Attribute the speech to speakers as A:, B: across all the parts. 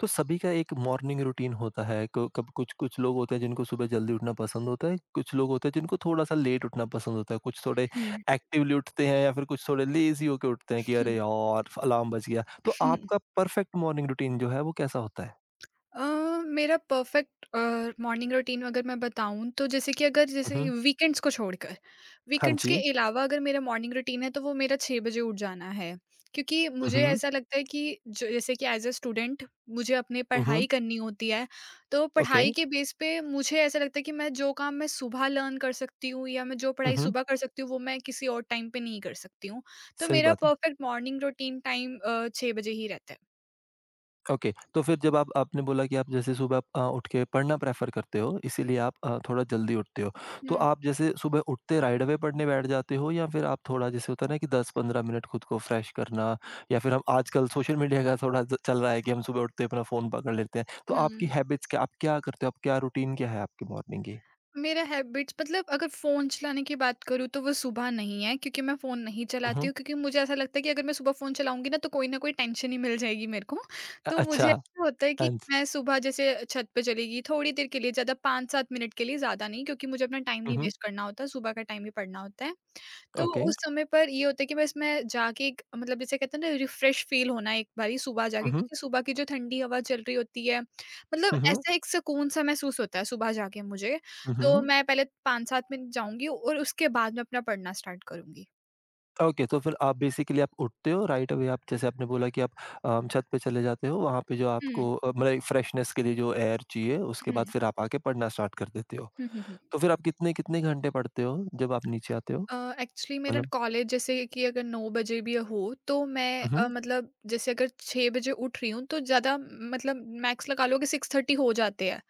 A: तो सभी का एक मॉर्निंग रूटीन होता है। क- कब कुछ कुछ लोग होते हैं जिनको सुबह जल्दी उठना पसंद होता है, कुछ लोग होते हैं जिनको थोड़ा सा लेट उठना पसंद होता है, कुछ थोड़े
B: हुँ।
A: एक्टिवली उठते हैं या फिर कुछ थोड़े लेजी होके उठते हैं कि अरे यार, अलार्म बज गया। तो आपका परफेक्ट मॉर्निंग रूटीन जो है वो कैसा होता है?
B: अ, मेरा परफ़ेक्ट मॉर्निंग रूटीन अगर मैं बताऊँ तो जैसे कि अगर जैसे
A: मम्हम।
B: वीकेंड्स को छोड़कर,
A: हाँ
B: वीकेंड्स के
A: जी।
B: अलावा अगर मेरा मॉर्निंग रूटीन है तो वो मेरा 6 बजे उठ जाना है। क्योंकि मुझे
A: मम्हम।
B: ऐसा लगता है कि ज जैसे कि एज़ अ स्टूडेंट मुझे अपनी
A: मम्हम।
B: पढ़ाई करनी होती है, तो
A: ओके।
B: पढ़ाई के बेस पे मुझे ऐसा लगता है कि मैं जो काम मैं सुबह लर्न कर सकती हूँ या मैं जो पढ़ाई
A: मम्हम।
B: सुबह कर सकती हूँ वो मैं किसी और टाइम पे नहीं कर सकती हूँ। तो
A: सही
B: मेरा
A: बात है।
B: परफ़ेक्ट मॉर्निंग रूटीन टाइम 6 बजे ही रहता है।
A: ओके, तो फिर जब आप आपने बोला कि आप जैसे सुबह आप उठ के पढ़ना प्रेफ़र करते हो, इसीलिए आप थोड़ा जल्दी उठते हो। तो
B: हुँ,
A: आप जैसे सुबह उठते राइट अवे पढ़ने बैठ जाते हो या फिर आप थोड़ा जैसे होता है ना कि 10-15 मिनट खुद को फ्रेश करना, या फिर हम आजकल सोशल मीडिया का थोड़ा ज चल रहा है कि हम सुबह उठते ही अपना फ़ोन पकड़ लेते हैं। तो आपकी
B: हुँ।
A: हैबिट्स क्या? आप क्या करते हो? आप क्या रूटीन क्या है आपकी मॉर्निंग की?
B: मेरा हैबिट्स मतलब अगर फ़ोन चलाने की बात करूँ तो वो सुबह नहीं है क्योंकि मैं फ़ोन नहीं
A: हुँ,
B: चलाती
A: हुँ।
B: हूँ क्योंकि मुझे ऐसा लगता है कि अगर मैं सुबह फ़ोन चलाऊँगी ना तो कोई ना कोई टेंशन ही मिल जाएगी मेरे को। तो मुझे
A: अच्छा।
B: ऐसा होता है कि
A: हाँ जी।
B: मैं सुबह जैसे छत पे चली गई थोड़ी देर के लिए ज़्यादा 5-7 मिनट के लिए ज़्यादा नहीं क्योंकि मुझे अपना टाइम
A: हुँ,
B: नहीं
A: हुँ।
B: वेस्ट करना होता, सुबह का टाइम ही पढ़ना होता है। तो
A: ओके।
B: उस समय पर ये होता है कि बस मैं जाके एक मतलब जैसे कहते हैं ना रिफ्रेश फील होना एक बारी सुबह
A: हुँ,
B: जाके
A: हुँ।
B: क्योंकि सुबह की जो ठंडी हवा चल रही होती है मतलब
A: हुँ, हुँ।
B: ऐसा एक सुकून सा महसूस होता है सुबह जाके मुझे।
A: हुँ,
B: तो
A: हुँ।
B: मैं पहले 5 7 मिनट जाऊँगी और उसके बाद मैं अपना पढ़ना स्टार्ट करूँगी।
A: ओके, तो फिर आप बेसिकली आप उठते हो राइट अवे। आप जैसे आपने बोला कि आप छत पे चले जाते हो, वहाँ पे जो
B: हुँ,
A: आपको मतलब फ्रेशनेस के लिए जो एयर चाहिए, उसके
B: हुँ।
A: बाद फिर आप आके पढ़ना स्टार्ट कर देते हो।
B: हुँ, हुँ, हुँ।
A: तो फिर आप कितने कितने घंटे पढ़ते हो जब आप नीचे आते हो?
B: एक्चुअली मेरा
A: मतलब,
B: कॉलेज जैसे कि अगर 9 बजे भी हो तो मैं
A: हम्म।
B: मतलब जैसे अगर 6 बजे उठ रही हूँ तो ज़्यादा मतलब मैक्स लगा लो कि 6:30 हो जाते हैं।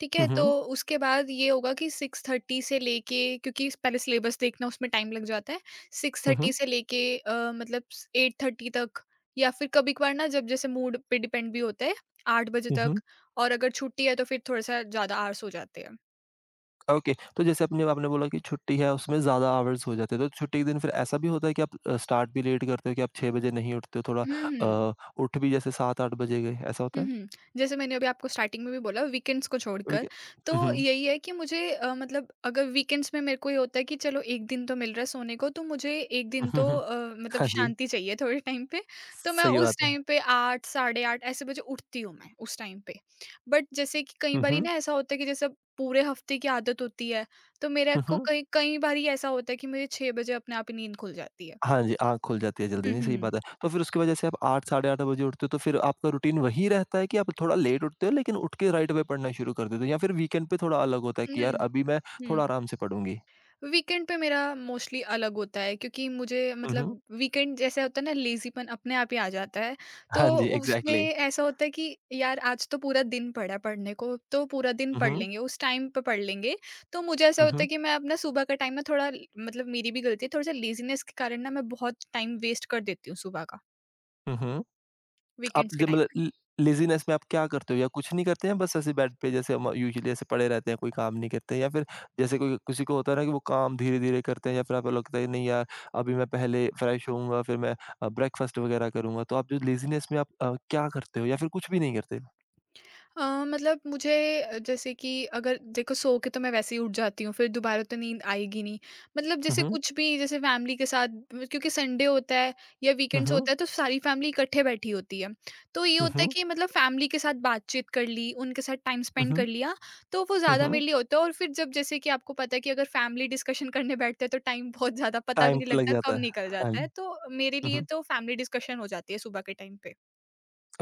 B: ठीक है, तो
A: हम्म।
B: उसके बाद ये होगा कि 6:30 से लेके, क्योंकि पहले सिलेबस देखना उसमें टाइम लग जाता है, 6:30
A: हम्म।
B: से लेके मतलब 8:30 तक। या फिर कभी कभार ना जब जैसे मूड पे डिपेंड भी होता है 8 बजे तक।
A: हम्म।
B: और अगर छुट्टी है तो फिर थोड़ा सा ज़्यादा आर्स हो जाते हैं।
A: ओके, तो जैसे अपने आपने बोला कि छुट्टी है उसमें ज़्यादा आवर्स हो जाते हैं, तो छुट्टी के दिन फिर ऐसा भी होता है कि आप स्टार्ट भी लेट करते हो, कि आप छः बजे नहीं उठते हो, थोड़ा
B: हम्म। हम्म।
A: अ, उठ भी जैसे 7-8 बजे गए, ऐसा होता
B: हुँ,
A: है?
B: हुँ। जैसे मैंने अभी आपको स्टार्टिंग में भी बोला वीकेंड्स को
A: ठीक
B: छोड़कर,
A: है।
B: तो
A: हम्म।
B: यही है कि मुझे मतलब अगर वीकेंड्स में मेरे को ये होता है कि चलो 1 दिन तो मिल रहा है सोने को, तो मुझे 1 दिन तो
A: हम्म।
B: मतलब
A: हाँ जी।
B: शांति चाहिए थोड़े टाइम पे। तो मैं
A: सही
B: उस
A: बात है।
B: टाइम पे 8 साढ़े 8 ऐसे बजे उठती हूँ मैं उस टाइम पे। बट जैसे कि कई
A: हुँ,
B: बारी
A: हुँ।
B: ना ऐसा होता है कि जैसे अब पूरे हफ्ते की आदत होती है, तो मेरे
A: हुँ,
B: को
A: हुँ।
B: कई कई बारी ऐसा होता है कि मुझे 6 बजे अपने आप ही नींद खुल जाती है।
A: हाँ जी, आँख खुल जाती है जल्दी,
B: हुँ,
A: नहीं सही
B: हुँ।
A: बात है। तो फिर उसके बाद जैसे आप 8 साढ़े 8 बजे उठते हो, तो फिर आपका रूटीन वही रहता है कि आप थोड़ा लेट उठते हो लेकिन उठ के राइट अवे पढ़ना शुरू कर देते हो, या फिर वीकेंड पे थोड़ा अलग होता है कि यार
B: नहीं, नहीं।
A: अभी मैं
B: हुँ।
A: थोड़ा आराम से पढ़ूँगी?
B: वीकेंड पे मेरा मोस्टली अलग होता है क्योंकि मुझे
A: हुँ, हुँ।
B: मतलब वीकेंड जैसे होता है ना लेजीपन अपने आप ही आ जाता है। तो
A: हाँ जी,
B: उसमें
A: एग्ज़ैक्टली।
B: ऐसा होता है कि यार आज तो पूरा दिन पड़ा है पढ़ने को तो पूरा दिन
A: हुँ,
B: पढ़
A: हुँ।
B: लेंगे उस टाइम पे पढ़ लेंगे। तो मुझे ऐसा
A: हुँ,
B: होता है
A: हुँ।
B: कि मैं अपना सुबह का टाइम ना थोड़ा मतलब मेरी भी गलती है थोड़ा सा लेजीनेस के कारण ना मैं बहुत टाइम वेस्ट कर देती हूँ सुबह का
A: हुँ, हुँ। आप
B: वीकेंड्स के
A: जब
B: टाइम।
A: मतलब ल लेज़ीनेस में आप क्या करते हो या कुछ नहीं करते हैं, बस ऐसे बेड पे जैसे हम यूजुअली ऐसे पड़े रहते हैं, कोई काम नहीं करते हैं, या फिर जैसे कोई किसी को होता है ना कि वो काम धीरे-धीरे करते हैं या फिर आपको लगता है नहीं यार, अभी मैं पहले फ्रेश होऊँगा, फिर मैं ब्रेकफ़ास्ट वग़ैरह करूँगा। तो आप जो लेज़ीनेस में आप क्या करते हो या फिर कुछ भी नहीं करते?
B: मतलब मुझे जैसे कि अगर देखो सो के तो मैं वैसे ही उठ जाती हूँ फिर दोबारा तो नींद आएगी नहीं। मतलब
A: हुँ,
B: जैसे
A: हुँ।
B: कुछ भी जैसे फैमिली के साथ क्योंकि संडे होता है या
A: हुँ,
B: वीकेंड्स
A: हुँ।
B: होता है तो सारी फैमिली इकट्ठे बैठी होती है। तो ये
A: हुँ,
B: होता है
A: हुँ।
B: कि मतलब फैमिली के साथ बातचीत कर ली उनके साथ टाइम
A: हुँ,
B: स्पेंड कर
A: हुँ।
B: लिया। तो वो
A: हुँ,
B: ज़्यादा
A: हुँ।
B: मेरे लिए होता है और फिर जब जैसे कि आपको पता है कि अगर फैमिली डिस्कशन करने बैठते हैं तो टाइम बहुत ज़्यादा पता भी
A: टाइम
B: नहीं
A: तो लग
B: लगता
A: जाता
B: कब
A: है।
B: निकल
A: हाँ
B: जाता
A: जी।
B: है तो मेरे
A: हुँ,
B: लिए
A: हुँ।
B: तो फैमिली डिस्कशन हो जाती है सुबह के टाइम पे।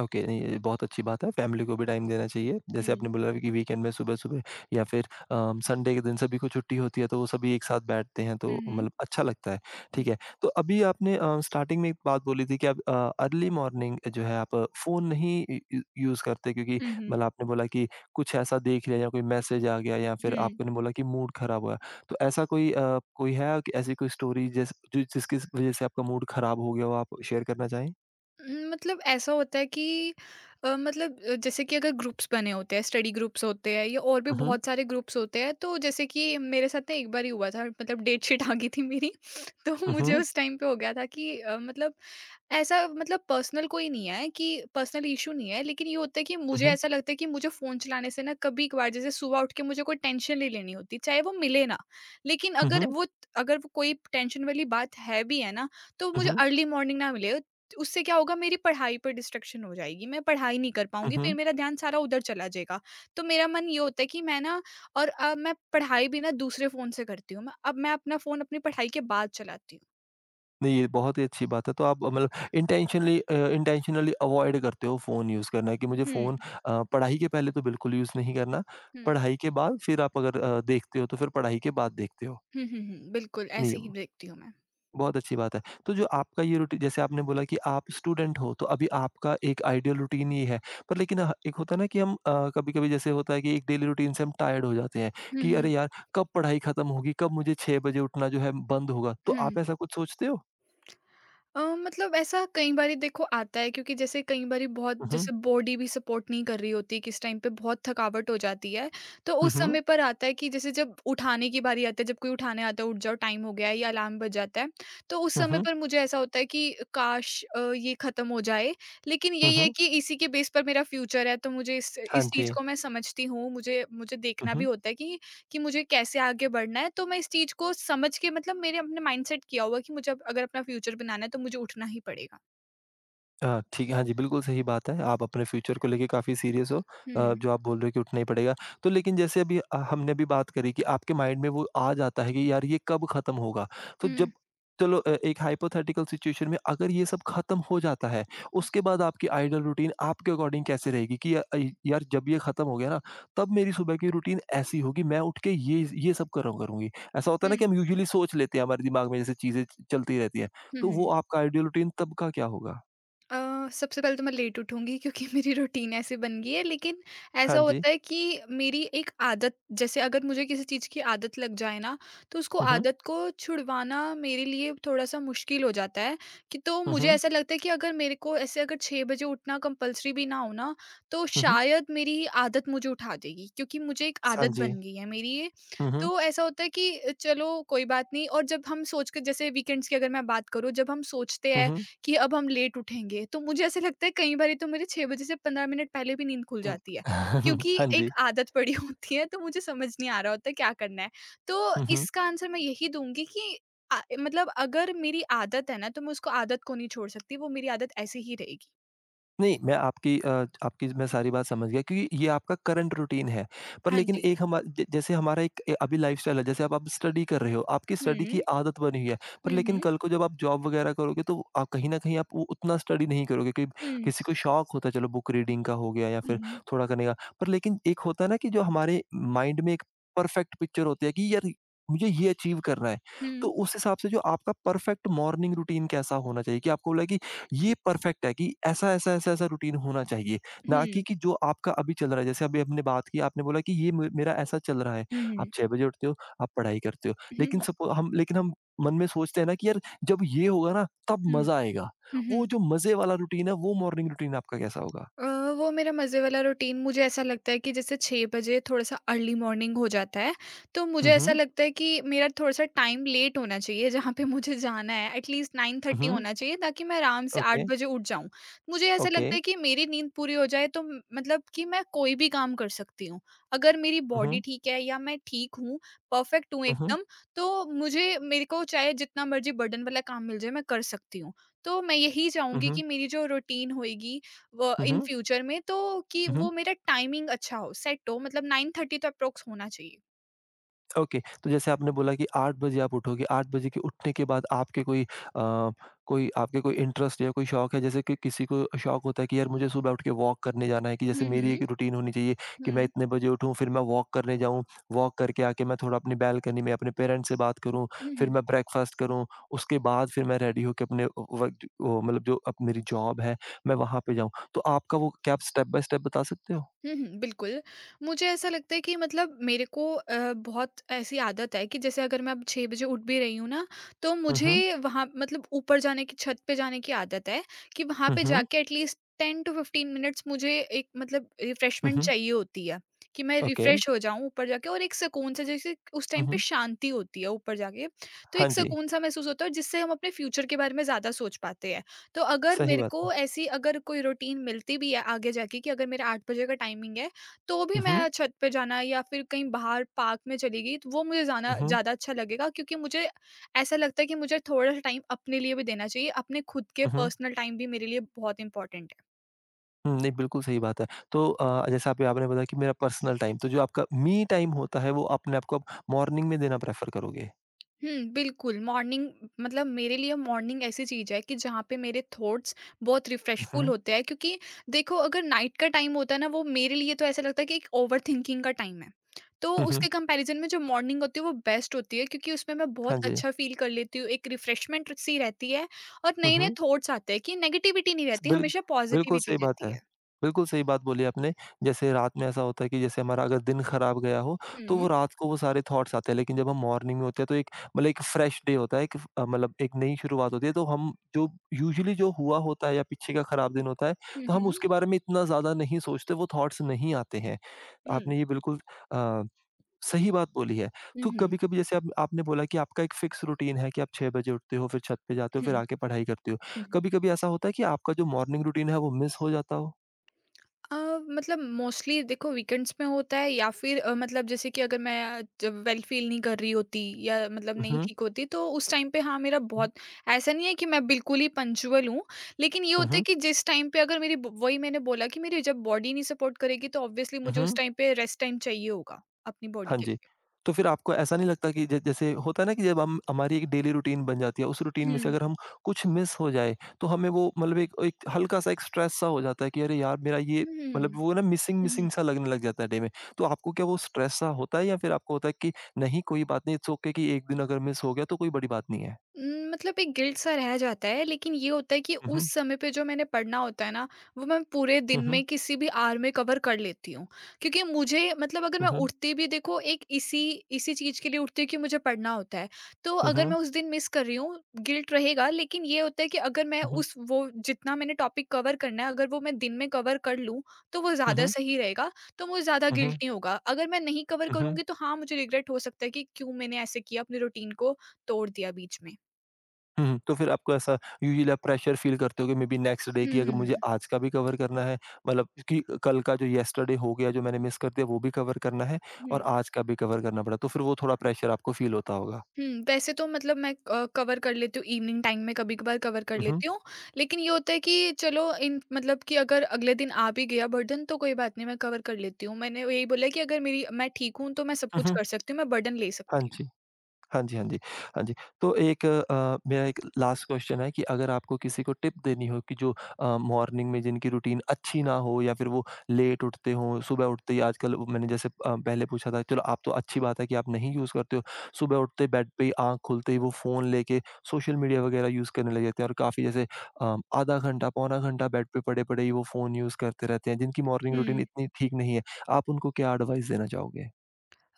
A: ओके, नहीं ये बहुत अच्छी बात है, फैमिली को भी टाइम देना चाहिए। जैसे
B: हम्म।
A: आपने बोला कि वीकेंड में सुबह-सुबह या फिर संडे के दिन सभी को छुट्टी होती है, तो वो सभी एक साथ बैठते हैं, तो
B: हम्म।
A: मतलब अच्छा लगता है।
B: हम्म।
A: ठीक है, तो अभी आपने स्टार्टिंग में एक बात बोली थी कि आप अर्ली मॉर्निंग जो है आप फ़ोन नहीं इ इ यूज़ करते, क्योंकि
B: हम्म।
A: मतलब आपने बोला कि कुछ ऐसा देख लिया या कोई मैसेज आ गया या फिर
B: हम्म।
A: आपने बोला कि मूड ख़राब हुआ। तो ऐसा कोई कोई है कि ऐसी कोई स्टोरी जिसकी वज़ह से आपका मूड ख़राब हो गया हो, आप शेयर करना चाहें?
B: मतलब ऐसा होता है कि मतलब जैसे कि अगर ग्रुप्स बने होते हैं, स्टडी ग्रुप्स होते हैं या और भी
A: हुँ, हुँ।
B: बहुत सारे ग्रुप्स होते हैं, तो जैसे कि मेरे साथ ना एक बार ही हुआ था मतलब डेट शीट आ गई थी मेरी तो
A: हुँ,
B: मुझे
A: हुँ।
B: उस टाइम पे हो गया था कि मतलब ऐसा मतलब पर्सनल कोई नहीं है कि पर्सनल इशू नहीं है, लेकिन ये होता है कि
A: हुँ,
B: मुझे
A: हुँ।
B: ऐसा लगता है कि मुझे फ़ोन चलाने से ना कभी-कभार जैसे सुबह उठ के मुझे कोई टेंशन नहीं लेनी होती, चाहे वो मिले ना। लेकिन
A: हुँ,
B: अगर
A: हुँ।
B: वो अगर वो कोई टेंशन वाली बात है भी है ना, तो
A: हुँ,
B: मुझे
A: हुँ।
B: अर्ली मॉर्निंग ना मिले। उससे क्या होगा मेरी पढ़ाई पर डिस्ट्रैक्शन हो जाएगी, मैं पढ़ाई नहीं कर
A: हुँ,
B: पाऊँगी, फिर
A: हुँ।
B: मेरा ध्यान सारा उधर चला जाएगा। तो मेरा मन ये होता है कि मैं ना और अब मैं पढ़ाई भी ना दूसरे फ़ोन से करती हूँ, मैं अब मैं अपना फ़ोन अपनी पढ़ाई के बाद चलाती हूँ।
A: नहीं, ये बहुत ही अच्छी बात है। तो आप मतलब इंटेंशनली अवॉइड करते हो फ़ोन यूज़ करना कि मुझे
B: हुँ,
A: फ़ोन पढ़ाई के पहले तो बिल्कुल यूज़ नहीं करना।
B: हुँ।
A: पढ़ाई के बाद फिर आप अगर देखते हो तो फिर पढ़ाई के बाद देखते हो।
B: हुँ, हुँ, हुँ। बिल्कुल,
A: नहीं,
B: ऐसे
A: ये
B: ही देखती हूँ मैं।
A: बहुत अच्छी बात है। तो जो आपका ये रूटी जैसे आपने बोला कि आप स्टूडेंट हो, तो अभी आपका एक आइडियल रूटीन ये है। पर लेकिन ह एक होता है ना कि हम कभी-कभी जैसे होता है कि एक डेली रूटीन से हम टायर्ड हो जाते हैं
B: हुँ,
A: कि
B: हुँ।
A: अरे यार! कब पढ़ाई खत्म होगी? कब मुझे 6 बजे उठना जो है बंद होगा? तो
B: हुँ,
A: आप
B: हुँ।
A: ऐसा कुछ सोचते हो?
B: मतलब ऐसा कई बारी देखो आता है क्योंकि जैसे कई बारी बहुत
A: हुँ, हुँ।
B: जैसे बॉडी भी सपोर्ट नहीं कर रही होती किस टाइम पे बहुत थकावट हो जाती है। तो
A: हुँ,
B: उस
A: हुँ।
B: समय पर आता है कि जैसे जब उठाने की बारी आती है, जब कोई उठाने आता है, उठ जाओ टाइम हो गया है या अलार्म बज जाता है, तो उस
A: हुँ,
B: समय
A: हुँ।
B: पर मुझे ऐसा होता है कि काश ये ख़त्म हो जाए। लेकिन
A: हुँ,
B: यही है
A: हुँ।
B: कि इसी के बेस पर मेरा फ्यूचर है तो मुझे इस
A: हाँ
B: इस चीज़
A: जी।
B: को मैं समझती हूँ। मुझे मुझे देखना भी
A: हुँ।
B: होता है कि मुझे कैसे आगे बढ़ना है, तो मैं इस चीज़ को समझ के मतलब मेरे अपने माइंडसेट किया हुआ है कि मुझे अब अगर अपना फ्यूचर बनाना है तो मुझे उठना ही पड़ेगा।
A: ठीक है, हाँ जी, बिल्कुल सही बात है। आप अपने फ्यूचर को लेके काफ़ी सीरियस हो।
B: हुँ।
A: जो आप बोल रहे हो कि उठना ही पड़ेगा। तो लेकिन जैसे अभी हमने अभी बात करी कि आपके माइंड में वो आ जाता है कि यार ये कब खत्म होगा? तो
B: हुँ,
A: जब चलो, एक हाइपोथेटिकल सिचुएशन में अगर ये सब खत्म हो जाता है,
B: हुँ,
A: उसके बाद आपकी आइडल रूटीन आपके अकॉर्डिंग कैसे रहेगी कि या- अ, इ यार जब ये खत्म हो गया ना, तब मेरी सुबह की रूटीन ऐसी होगी, मैं उठ के ये सब करा करूँगी। ऐसा होता है ना कि
B: हुँ,
A: हम यूजुअली सोच लेते हैं, हमारे दिमाग में जैसे चीज़ें चलती रहती हैं।
B: हुँ,
A: तो
B: हुँ।
A: वो आपका आइडल रूटीन तब का क्या होगा?
B: सबसे पहले तो मैं लेट उठूँगी क्योंकि मेरी रूटीन ऐसी बन गई है। लेकिन ऐसा
A: 한지।
B: होता है कि मेरी एक आदत जैसे अगर मुझे किसी चीज़ की आदत लग जाए ना, तो उसको
A: 음哼।
B: आदत को छुड़वाना मेरे लिए थोड़ा-सा मुश्किल हो जाता है कि तो मुझे
A: 음哼।
B: ऐसा लगता है कि अगर मेरे को ऐसे अगर 6 बजे उठना कंपल्सरी भी ना हो ना, तो
A: 음哼।
B: शायद मेरी आदत मुझे उठा देगी क्योंकि मुझे एक आदत
A: 한지।
B: बन गई है मेरी ये।
A: 음哼।
B: तो ऐसा होता है कि चलो कोई बात नहीं और जब हम सोच के जैसे वीकेंड्स की अगर मैं बात करूँ, जब हम सोचते हैं
A: 음哼।
B: कि अब हम लेट उठेंगे, तो मुझे ऐसा लगता है कई बारी तो मेरे 6 बजे से 15 मिनट पहले भी नींद खुल
A: 음।
B: जाती है, क्योंकि एक
A: 한지।
B: आदत पड़ी होती है, तो मुझे समझ नहीं आ रहा होता क्या करना है। तो
A: 음哼।
B: इसका आंसर मैं यही दूँगी कि मतलब अगर मेरी आदत है ना, तो मैं उसको आदत को नहीं छोड़ सकती, वो मेरी आदत ऐसे ही रहेगी।
A: नहीं, मैं आपकी आपकी मैं सारी बात समझ गया, क्योंकि ये आपका करंट रूटीन है। पर
B: हाँ
A: लेकिन
B: जी।
A: एक हमा ज जैसे हमारा एक ए अभी लाइफ़स्टाइल है, जैसे अब आप स्टडी कर रहे हो, आपकी
B: हुँ,
A: स्टडी की
B: हुँ,
A: आदत बनी हुई है। पर लेकिन
B: हुँ,
A: कल को जब आप जॉब वगैरह करोगे, तो आप कहीं न कहीं आप उ उतना स्टडी नहीं करोगे कि
B: हुँ,
A: किसी को शौक होता है, चलो बुक रीडिंग का हो गया या
B: हुँ,
A: फिर
B: हुँ,
A: थोड़ा करने का। पर लेकिन एक होता है ना कि जो हमारे माइंड में एक परफेक्ट पिक्चर होती है कि यार मुझे ये अचीव करना है। तो
B: हुँ,
A: उस हिसाब से जो आपका परफेक्ट मॉर्निंग रूटीन कैसा होना चाहिए कि आपको लगे ये परफेक्ट है, कि ऐसा ऐसा ऐसा ऐसा रूटीन होना चाहिए,
B: हुँ,
A: ना कि
B: हुँ,
A: जो आपका अभी चल रहा है, जैसे अभी हमने बात की, आपने बोला कि ये मेरा ऐसा चल रहा है, आप
B: हुँ,
A: 6 बजे उठते हो, आप पढ़ाई करते हो,
B: हुँ,
A: लेकिन
B: हुँ,
A: सपो हम लेकिन हम मन में सोचते हैं ना कि यार, जब ये होगा ना तब
B: हुँ,
A: मजा आएगा।
B: हुँ,
A: वो
B: हुँ।
A: जो मजे वाला रूटीन है, वो मॉर्निंग रूटीन आपका कैसा होगा?
B: अ, वो मेरा मज़े वाला रूटीन मुझे ऐसा लगता है कि जैसे 6 बजे थोड़ा-सा अर्ली मॉर्निंग हो जाता है, तो मुझे ऐसा
A: हम्म।
B: लगता है कि मेरा थोड़ा-सा टाइम लेट होना चाहिए जहाँ पे मुझे जाना है, एटलीस्ट 9:30
A: हम्म।
B: होना चाहिए ताकि मैं आराम से 8
A: ओके।
B: बजे उठ जाऊँ। मुझे ऐसा
A: ओके।
B: लगता है कि मेरी नींद पूरी हो जाए तो म मतलब कि मैं कोई भी काम कर सकती हूँ। अगर मेरी बॉडी
A: हम्म।
B: ठीक है या मैं ठीक हूँ, परफ़ेक्ट हूँ
A: हम्म।
B: एकदम, तो मुझे मेरे को चाहे जितना मर्ज़ी बर्डन वाला काम मिल जाए, मैं कर सकती हूँ। तो मैं यही चाहूँगी
A: हम्म।
B: कि मेरी जो रूटीन होएगी व इन फ्यूचर में तो कि
A: हम्म।
B: वो मेरा टाइमिंग अच्छा हो, सेट हो मतलब 9:30 तो अप्रॉक्स होना चाहिए।
A: ओके, तो जैसे आपने बोला कि 8 बजे आप उठोगे, 8 बजे के उठने के बाद आपके कोई अ, कोई आपके कोई इंटरेस्ट या कोई शौक है, जैसे कि किसी को शौक होता है कि यार मुझे सुबह उठ के वॉक करने जाना है, कि जैसे
B: हुँ,
A: मेरी एक
B: हुँ।
A: रूटीन होनी चाहिए कि मैं
B: हुँ,
A: इतने बजे उठूँ, फिर मैं वॉक करने जाऊँ, वॉक करके आके मैं थोड़ा अपनी बालकनी में अपने पेरेंट्स से बात करूँ,
B: हुँ,
A: फिर
B: हुँ।
A: मैं ब्रेकफास्ट करूँ, उसके बाद फिर मैं रेडी होके अपने व वर्क वो मतलब जो अब मेरी जॉब है, मैं वहाँ पे जाऊँ। तो आपका वो क्या आप स्टेप बाय स्टेप बता सकते हो?
B: हुँ, हुँ, बिल्कुल। मुझे ऐसा लगता है कि मतलब मेरे को बहुत ऐसी आदत है कि जैसे अगर मैं अब 6 बजे उठ भी रही हूँ ना, तो
A: हुँ, हुँ।
B: मुझे वहाँ मतलब ऊपर जाने की छत पे जाने की आदत है कि वहाँ
A: हुँ,
B: पे
A: हुँ।
B: जाके एटलीस्ट 10 टू 15 मिनट्स मुझे एक मतलब
A: हुँ,
B: रिफ्रेशमेंट
A: हुँ।
B: चाहिए होती है कि मैं
A: ओके।
B: रिफ्रेश हो जाऊँ ऊपर जाके और एक सुकून से जैसे उस
A: हुँ,
B: टाइम पे
A: हुँ।
B: शांति होती है ऊपर जाके, तो
A: हाँ
B: एक
A: जी।
B: सुकून-सा महसूस होता है और जिससे हम अपने फ्यूचर के बारे में ज़्यादा सोच पाते हैं। तो अगर
A: सही
B: मेरे
A: बात
B: को
A: है।
B: ऐसी अगर कोई रूटीन मिलती भी है आगे जाके कि अगर मेरा 8 बजे का टाइमिंग है, तो भी
A: हुँ, हुँ,
B: मैं छत पे जाना या फिर कहीं बाहर पार्क में चली गई, तो वो मुझे ज़ाना
A: हुँ,
B: ज़्यादा अच्छा लगेगा क्योंकि मुझे ऐसा लगता है कि मुझे थोड़ा-सा टाइम अपने लिए भी देना चाहिए। अपने खुद के
A: हुँ, हुँ।
B: पर्सनल टाइम भी मेरे लिए बहुत इम्पोर्टेंट है।
A: हुँ, नहीं बिल्कुल सही बात है। तो जैसा अभी आपने बताया कि मेरा पर्सनल टाइम, तो जो आपका मी टाइम होता है वो अपने आप को आप मॉर्निंग में देना प्रेफ़र करोगे?
B: हुँ, बिल्कुल मॉर्निंग मतलब मेरे लिए मॉर्निंग ऐसी चीज़ है कि जहाँ पे मेरे थॉट्स बहुत
A: हुँ,
B: रिफ्रेशफुल
A: हुँ।
B: होते हैं क्योंकि देखो अगर नाइट का टाइम होता है ना वो मेरे लिए तो ऐसा लगता है कि एक ओवरथिंकिंग का टाइम है। तो
A: हुँ, हुँ।
B: उसके कंपैरिज़न में जो मॉर्निंग होती है वो बेस्ट होती है क्योंकि उसमें मैं बहुत
A: हाँ जी।
B: अच्छा फ़ील कर लेती हूँ, एक रिफ्रेशमेंट सी रहती है और
A: हुँ,
B: नए-नए
A: हुँ।
B: थॉट्स आते हैं कि नेगेटिविटी नहीं रहती,
A: बिल
B: हमेशा
A: बिल्कुल
B: पॉज़िटिविटी
A: सही बात
B: रहती
A: है।
B: है।
A: बिल्कुल सही बात बोली आपने। जैसे रात में ऐसा होता है कि जैसे हमारा अगर दिन खराब गया हो, तो
B: हुँ,
A: वो रात को वो सारे थॉट्स आते हैं, लेकिन जब हम मॉर्निंग में होते हैं तो एक मतलब एक फ्रेश डे होता है, एक फ मतलब एक नई शुरुआत होती है, तो हम जो यूजुअली जो हुआ होता है या पीछे का खराब दिन होता है,
B: हुँ,
A: तो हम
B: हुँ।
A: उसके बारे में इतना ज़्यादा नहीं सोचते, वो थॉट्स नहीं आते हैं।
B: हुँ।
A: आपने ये बिल्कुल अ सही बात बोली है।
B: हुँ,
A: तो
B: हुँ।
A: कभी-कभी जैसे आप आपने बोला कि आपका एक फ़िक्स रूटीन है कि आप 6 बजे उठते हो, फिर छत पे जाते हो, फिर
B: हुँ।
A: आके पढ़ाई करते हो।
B: हुँ।
A: कभी-कभी ऐसा होता है कि आपका जो मॉर्निंग रूटीन है वो मिस हो जाता हो?
B: अ, मतलब मोस्टली देखो वीकेंड्स में होता है या फिर मतलब जैसे कि अगर मैं जब वेल फील नहीं कर रही होती या मतलब नहीं
A: उहुँ,
B: ठीक होती, तो उस टाइम पे हाँ मेरा
A: हुँ।
B: बहुत। ऐसा नहीं है कि मैं बिल्कुल ही पंचुअल हूँ, लेकिन ये होता है
A: उहुँ,
B: कि जिस टाइम पे अगर मेरी वही मैंने बोला कि मेरी जब बॉडी नहीं सपोर्ट करेगी तो ऑब्वियसली मुझे
A: उहुँ।
B: उस टाइम पे रेस्ट टाइम चाहिए होगा अपनी बॉडी
A: हाँ
B: के
A: जी।
B: लिए।
A: तो फिर आपको ऐसा नहीं लगता कि ज जैसे होता है ना कि जब हम हमारी एक डेली रूटीन बन जाती है, उस रूटीन में से
B: हम्म।
A: अगर हम कुछ मिस हो जाए, तो हमें वो मतलब एक एक हल्का-सा एक स्ट्रेस सा हो जाता है कि अरे यार! मेरा ये
B: हम्म।
A: मतलब वो ना
B: हम्म।
A: मिसिंग-मिसिंग सा लगने लग जाता है डे में। तो आपको क्या वो स्ट्रेस सा होता है या फिर आपको होता है कि नहीं कोई बात नहीं, इट्स ओके कि एक दिन अगर मिस हो गया तो कोई बड़ी बात नहीं है?
B: मतलब एक गिल्ट सा रह जाता है, लेकिन ये होता है कि
A: हुँ,
B: उस
A: हुँ।
B: समय पे जो मैंने पढ़ना होता है ना, वो मैं पूरे
A: हुँ,
B: दिन
A: हुँ।
B: में किसी भी आवर में कवर कर लेती हूँ। क्योंकि मुझे मतलब अगर मैं
A: हुँ, हुँ।
B: उठती भी देखो एक इसी इसी चीज़ के लिए उठती हूँ कि मुझे पढ़ना होता है। तो
A: हुँ,
B: अगर मैं
A: हुँ।
B: उस दिन मिस कर रही हूँ, गिल्ट रहेगा, लेकिन ये होता है कि अगर मैं
A: हुँ, हुँ।
B: उस वो जितना मैंने टॉपिक कवर करना है, अगर वो मैं दिन में कवर कर लूँ, तो वो
A: हुँ,
B: ज़्यादा
A: हुँ।
B: सही रहेगा, तो मुझे ज़्यादा
A: हुँ,
B: गिल्ट
A: हुँ।
B: नहीं होगा। अगर मैं नहीं कवर
A: हुँ, हुँ।
B: करूँगी तो हाँ, मुझे रिग्रेट हो सकता है कि क्यों मैंने ऐसे किया, अपनी रूटीन को तोड़ दिया बीच में।
A: हुँ, हुँ। तो फिर आपको ऐसा यूजुअली आप प्रेशर फ़ील करते हो कि मेबी नेक्स्ट डे
B: हुँ,
A: की अगर
B: हुँ,
A: मुझे
B: हुँ।
A: आज का भी कवर करना है, मतलब कि कल का जो येस्टरडे हो गया, जो मैंने मिस कर दिया, वो भी कवर करना है और
B: हुँ।
A: आज का भी कवर करना पड़ा। तो फिर वो थोड़ा प्रेशर आपको फ़ील होता होगा।
B: हुँ, वैसे तो मतलब मैं कवर कर लेती हूँ इवनिंग टाइम में, कभी-कभार कवर कर
A: हुँ, हुँ।
B: लेती हूँ। लेकिन ये होता है कि चलो इन मतलब कि अगर अगले दिन आ भी गया बर्डन तो कोई बात नहीं, मैं कवर कर लेती हूँ। मैंने यही बोला है कि अगर मेरी मैं ठीक हूँ तो मैं सब
A: हुँ,
B: कुछ
A: हुँ।
B: कर सकती हूँ, मैं बर्डन ले
A: हाँ
B: सकती हूँ।
A: जी। हाँ जी, हाँ जी। हाँ जी, तो एक मेरा एक लास्ट क्वेश्चन है कि अगर आपको किसी को टिप देनी हो कि जो मॉर्निंग में जिनकी रूटीन अच्छी ना हो या फिर वो लेट उठते हों, सुबह उठते ही आजकल वो मैंने जैसे पहले पूछा था, चलो आप तो अच्छी बात है कि आप नहीं यूज़ करते हो। सुबह उठते बेड पे ही आँख खुलते ही वो फ़ोन लेके सोशल मीडिया वगैरह यूज़ करने लग जाते हैं, और काफ़ी जैसे आधा घंटा, पौना घंटा बेड पे पड़े-पड़े ही वो फ़ोन यूज़ करते रहते हैं, जिनकी मॉर्निंग रूटीन
B: हुँ।
A: इतनी ठीक नहीं है। आप उनको क्या एडवाइस देना चाहोगे?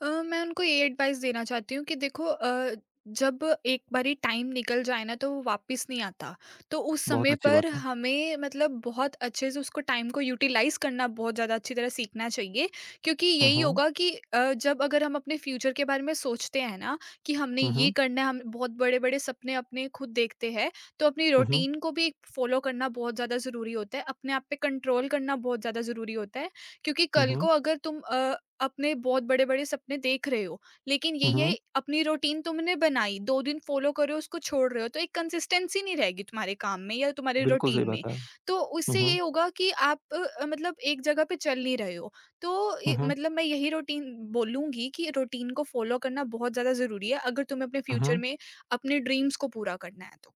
B: मैं उनको ये एडवाइस देना चाहती हूँ कि देखो, जब एक बारी टाइम निकल जाए ना तो वो वापस नहीं आता। तो उस
A: बहुत
B: समय
A: अच्छी
B: पर
A: बात है।
B: हमें मतलब बहुत अच्छे से उसको टाइम को यूटिलाइज करना, बहुत ज़्यादा अच्छी तरह सीखना चाहिए। क्योंकि
A: हुँ,
B: यही
A: हुँ।
B: होगा कि जब अगर हम अपने फ्यूचर के बारे में सोचते हैं ना कि हमने
A: हुँ,
B: ये
A: हुँ।
B: करना है, हम बहुत बड़े बड़े सपने अपने खुद देखते हैं, तो अपनी
A: हुँ, हुँ।
B: रूटीन को भी फॉलो करना बहुत ज़्यादा ज़रूरी होता है, अपने आप पे कंट्रोल करना बहुत ज़्यादा ज़रूरी होता है। क्योंकि
A: हुँ,
B: कल को
A: हुँ।
B: अगर तुम अपने बहुत बड़े-बड़े सपने देख रहे हो, लेकिन
A: हुँ,
B: यही है
A: हुँ।
B: अपनी रूटीन तुमने बनाई, 2 दिन फॉलो कर रहे हो, उसको छोड़ रहे हो, तो एक कंसिस्टेंसी नहीं रहेगी तुम्हारे काम में या तुम्हारे
A: बिल्कुल सही
B: रूटीन में।
A: बात है। हुँ,
B: तो उससे
A: हुँ।
B: ये होगा कि आप मतलब एक जगह पे चल नहीं रहे हो। तो
A: हुँ,
B: इ
A: हुँ।
B: मतलब मैं यही रूटीन बोलूँगी कि रूटीन को फॉलो करना बहुत ज़्यादा ज़रूरी है, अगर तुम्हें अपने
A: हुँ,
B: फ्यूचर
A: हुँ।
B: में अपने ड्रीम्स को पूरा करना है तो।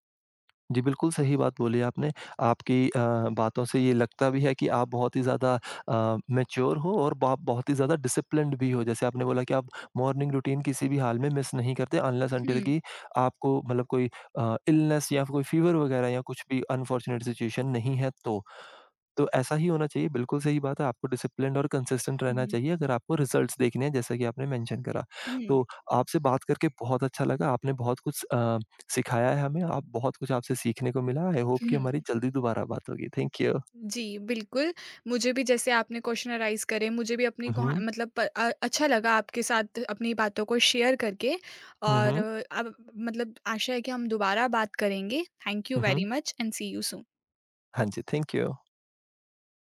A: जी, बिल्कुल सही बात बोली आपने। आपकी बातों से ये लगता भी है कि आप बहुत ही ज़्यादा मैच्योर हो और बा बहुत ही ज़्यादा डिसिप्लिन्ड भी हो। जैसे आपने बोला कि आप मॉर्निंग रूटीन किसी भी हाल में मिस नहीं करते, अनलेस अनटिल
B: हुँ।
A: कि आपको मतलब कोई इलनेस या कोई फ़ीवर वगैरह या कुछ भी अनफॉर्चुनेट सिचुएशन नहीं है तो। तो ऐसा ही होना चाहिए, बिल्कुल सही बात है, आपको डिसिप्लिन्ड और कंसिस्टेंट
B: हुँ,
A: रहना
B: हुँ।
A: चाहिए अगर आपको रिज़ल्ट्स देखने हैं, जैसा कि आपने मेंशन करा।
B: हुँ,
A: तो आपसे बात करके बहुत अच्छा लगा, आपने बहुत कुछ सिखाया है हमें, आप बहुत कुछ आपसे सीखने को मिला। आई होप कि हमारी
B: हुँ।
A: जल्दी दोबारा बात होगी। Thank you.
B: जी, बिल्कुल। मुझे भी जैसे आपने क्वेश्चनराइज़ करे, मुझे भी अपनी
A: हुँ,
B: कहा
A: हुँ।
B: मतलब अच्छा लगा आपके साथ अपनी बातों को शेयर करके।
A: हुँ,
B: और
A: हुँ।
B: अब मतलब आशा है कि हम दोबारा बात करेंगे। थैंक यू
A: हुँ,
B: वेरी
A: हुँ।
B: Much and see you soon.
A: हाँ जी, थैंक यू।